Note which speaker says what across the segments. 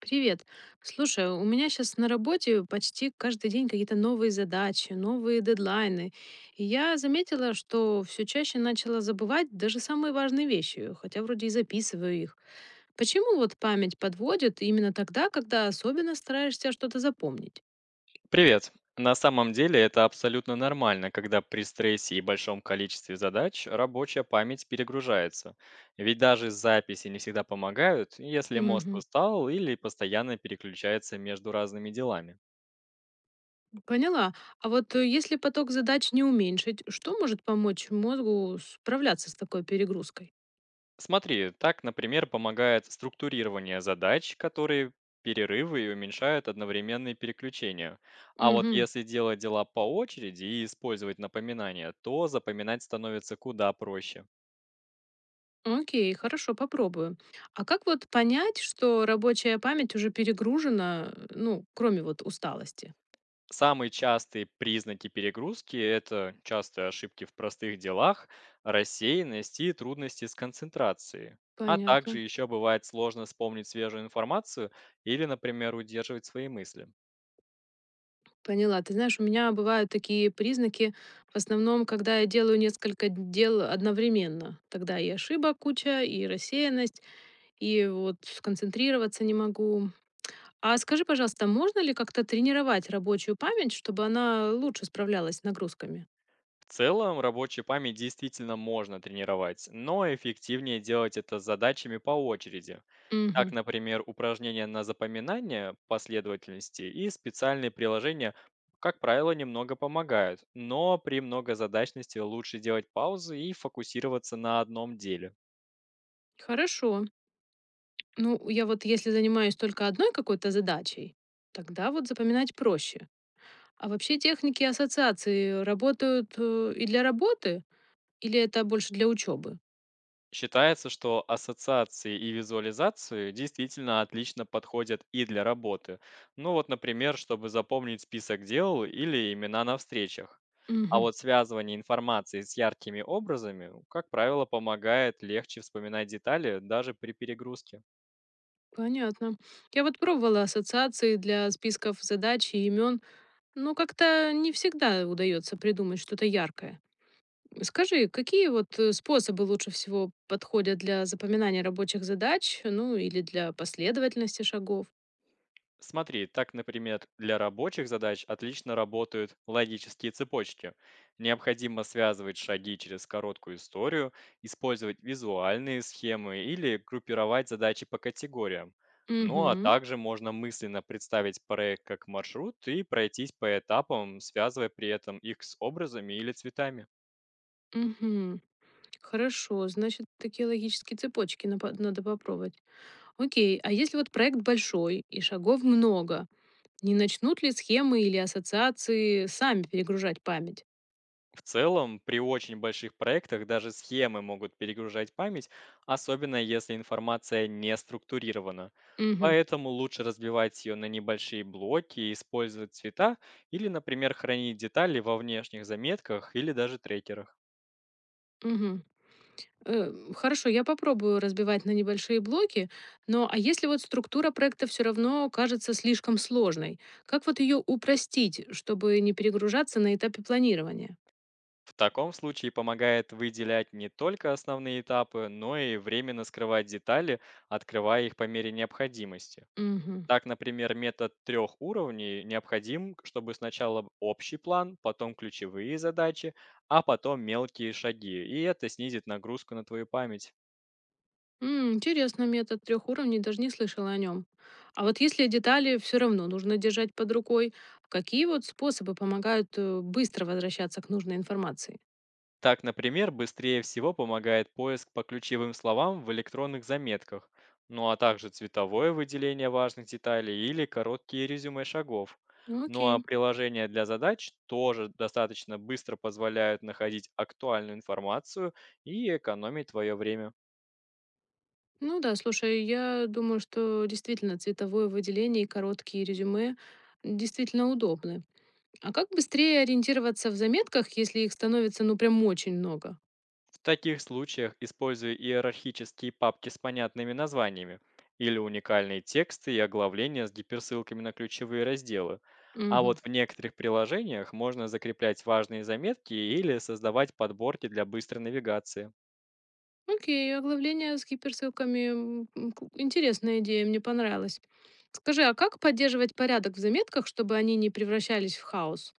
Speaker 1: Привет. Слушай, у меня сейчас на работе почти каждый день какие-то новые задачи, новые дедлайны. И я заметила, что все чаще начала забывать даже самые важные вещи, хотя вроде и записываю их. Почему вот память подводит именно тогда, когда особенно стараешься что-то запомнить?
Speaker 2: Привет. На самом деле это абсолютно нормально, когда при стрессе и большом количестве задач рабочая память перегружается. Ведь даже записи не всегда помогают, если мозг
Speaker 1: Мгм.
Speaker 2: устал или постоянно переключается между разными делами.
Speaker 1: Поняла. А вот если поток задач не уменьшить, что может помочь мозгу справляться с такой перегрузкой?
Speaker 2: Смотри, так, например, помогает структурирование задач, которые перерывы и уменьшают одновременные переключения. А вот
Speaker 1: Мгм.
Speaker 2: если делать дела по очереди и использовать напоминания, то запоминать становится куда проще.
Speaker 1: Окей, хорошо, попробую. А как вот понять, что рабочая память уже перегружена, ну, кроме вот усталости?
Speaker 2: Самые частые признаки перегрузки – это частые ошибки в простых делах, рассеянность и трудности с концентрацией. А также
Speaker 1: Понятно.
Speaker 2: еще бывает сложно вспомнить свежую информацию или, например, удерживать свои мысли.
Speaker 1: Поняла. Ты знаешь, у меня бывают такие признаки, в основном, когда я делаю несколько дел одновременно. Тогда и ошибок куча, и рассеянность, и вот сконцентрироваться не могу. А скажи, пожалуйста, можно ли как-то тренировать рабочую память, чтобы она лучше справлялась с нагрузками?
Speaker 2: В целом, рабочую память действительно можно тренировать, но эффективнее делать это с задачами по очереди. Так,
Speaker 1: Мгм.
Speaker 2: например, упражнения на запоминание последовательности и специальные приложения, как правило, немного помогают, но при многозадачности лучше делать паузы и фокусироваться на одном деле.
Speaker 1: Хорошо. Ну, я вот если занимаюсь только одной какой-то задачей, тогда вот запоминать проще. А вообще техники ассоциации работают и для работы, или это больше для учебы?
Speaker 2: Считается, что ассоциации и визуализации действительно отлично подходят и для работы. Ну вот, например, чтобы запомнить список дел или имена на встречах. А
Speaker 1: Мгм.
Speaker 2: вот связывание информации с яркими образами, как правило, помогает легче вспоминать детали даже при перегрузке.
Speaker 1: Понятно. Я вот пробовала ассоциации для списков задач и имен, но как-то не всегда удается придумать что-то яркое. Скажи, какие вот способы лучше всего подходят для запоминания рабочих задач, ну или для последовательности шагов?
Speaker 2: Смотри, так, например, для рабочих задач отлично работают логические цепочки. Необходимо связывать шаги через короткую историю, использовать визуальные схемы или группировать задачи по категориям. Ну а
Speaker 1: Угу,
Speaker 2: также можно мысленно представить проект как маршрут и пройтись по этапам, связывая при этом их с образами или цветами.
Speaker 1: угу. Хорошо, значит, такие логические цепочки надо попробовать. Окей, а если вот проект большой и шагов много, не начнут ли схемы или ассоциации сами перегружать память?
Speaker 2: В целом, при очень больших проектах даже схемы могут перегружать память, особенно если информация не структурирована.
Speaker 1: Угу,
Speaker 2: Поэтому лучше разбивать ее на небольшие блоки, использовать цвета или, например, хранить детали во внешних заметках или даже трекерах.
Speaker 1: угу. Хорошо, я попробую разбивать на небольшие блоки, но а если вот структура проекта все равно кажется слишком сложной, как вот ее упростить, чтобы не перегружаться на этапе планирования?
Speaker 2: В таком случае помогает выделять не только основные этапы, но и временно скрывать детали, открывая их по мере необходимости.
Speaker 1: Угу.
Speaker 2: Так, например, метод трех уровней необходим, чтобы сначала общий план, потом ключевые задачи, а потом мелкие шаги, и это снизит нагрузку на твою память.
Speaker 1: Интересный метод трех уровней, даже не слышала о нем. А вот если детали все равно нужно держать под рукой, какие вот способы помогают быстро возвращаться к нужной информации?
Speaker 2: Так, например, быстрее всего помогает поиск по ключевым словам в электронных заметках, ну а также цветовое выделение важных деталей или короткие резюме шагов.
Speaker 1: Ну,
Speaker 2: Ну
Speaker 1: окей.
Speaker 2: а приложения для задач тоже достаточно быстро позволяют находить актуальную информацию и экономить твое время.
Speaker 1: Ну да, слушай, я думаю, что действительно цветовое выделение и короткие резюме действительно удобны. А как быстрее ориентироваться в заметках, если их становится ну прям очень много?
Speaker 2: В таких случаях используй иерархические папки с понятными названиями или уникальные тексты и оглавления с гиперссылками на ключевые разделы. А
Speaker 1: Мгм.
Speaker 2: вот в некоторых приложениях можно закреплять важные заметки или создавать подборки для быстрой навигации.
Speaker 1: Окей, оглавление с гиперссылками. Интересная идея, мне понравилась. Скажи, а как поддерживать порядок в заметках, чтобы они не превращались в хаос?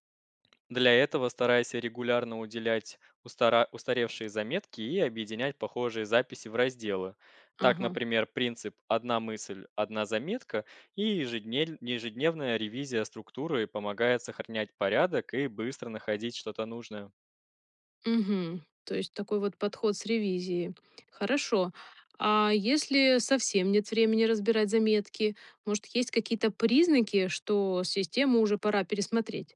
Speaker 2: Для этого старайся регулярно уделять устаревшие заметки и объединять похожие записи в разделы. Так,
Speaker 1: Ага.
Speaker 2: например, принцип «одна мысль, одна заметка» и ежедневная ревизия структуры помогает сохранять порядок и быстро находить что-то нужное.
Speaker 1: Угу. То есть такой вот подход с ревизией. Хорошо. А если совсем нет времени разбирать заметки, может, есть какие-то признаки, что систему уже пора пересмотреть?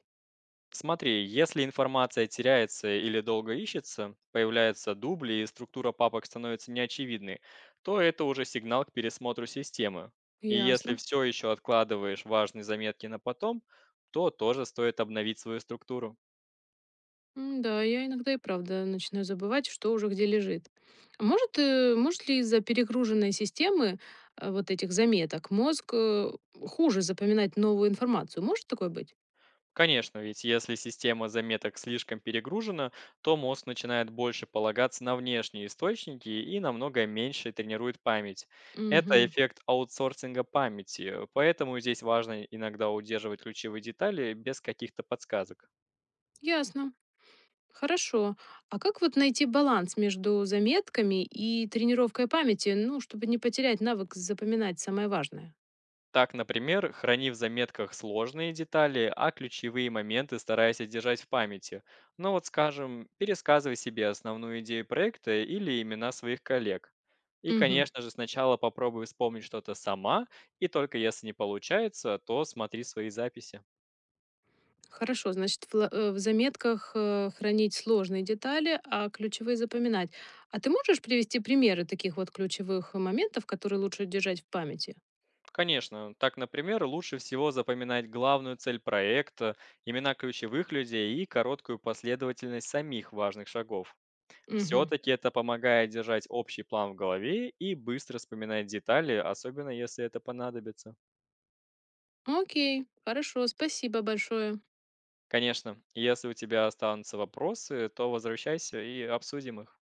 Speaker 2: Смотри, если информация теряется или долго ищется, появляются дубли и структура папок становится неочевидной, то это уже сигнал к пересмотру системы. И если
Speaker 1: Ясно.
Speaker 2: все еще откладываешь важные заметки на потом, то тоже стоит обновить свою структуру.
Speaker 1: Да, я иногда и правда начинаю забывать, что уже где лежит. А может, может ли из-за перегруженной системы вот этих заметок мозг хуже запоминать новую информацию? Может такое быть?
Speaker 2: Конечно, ведь если система заметок слишком перегружена, то мозг начинает больше полагаться на внешние источники и намного меньше тренирует память. Это
Speaker 1: Угу.
Speaker 2: эффект аутсорсинга памяти, поэтому здесь важно иногда удерживать ключевые детали без каких-то подсказок.
Speaker 1: Ясно. Хорошо. А как вот найти баланс между заметками и тренировкой памяти, ну, чтобы не потерять навык запоминать самое важное?
Speaker 2: Так, например, храни в заметках сложные детали, а ключевые моменты старайся держать в памяти. Но вот, скажем, пересказывай себе основную идею проекта или имена своих коллег. И,
Speaker 1: Угу.
Speaker 2: конечно же, сначала попробуй вспомнить что-то сама, и только если не получается, то смотри свои записи.
Speaker 1: Хорошо, значит, в заметках, хранить сложные детали, а ключевые запоминать. А ты можешь привести примеры таких вот ключевых моментов, которые лучше держать в памяти?
Speaker 2: Конечно, так, например, лучше всего запоминать главную цель проекта, имена ключевых людей и короткую последовательность самих важных шагов.
Speaker 1: Мгм.
Speaker 2: Все-таки это помогает держать общий план в голове и быстро вспоминать детали, особенно если это понадобится.
Speaker 1: Окей, хорошо, спасибо большое.
Speaker 2: Конечно, если у тебя останутся вопросы, то возвращайся и обсудим их.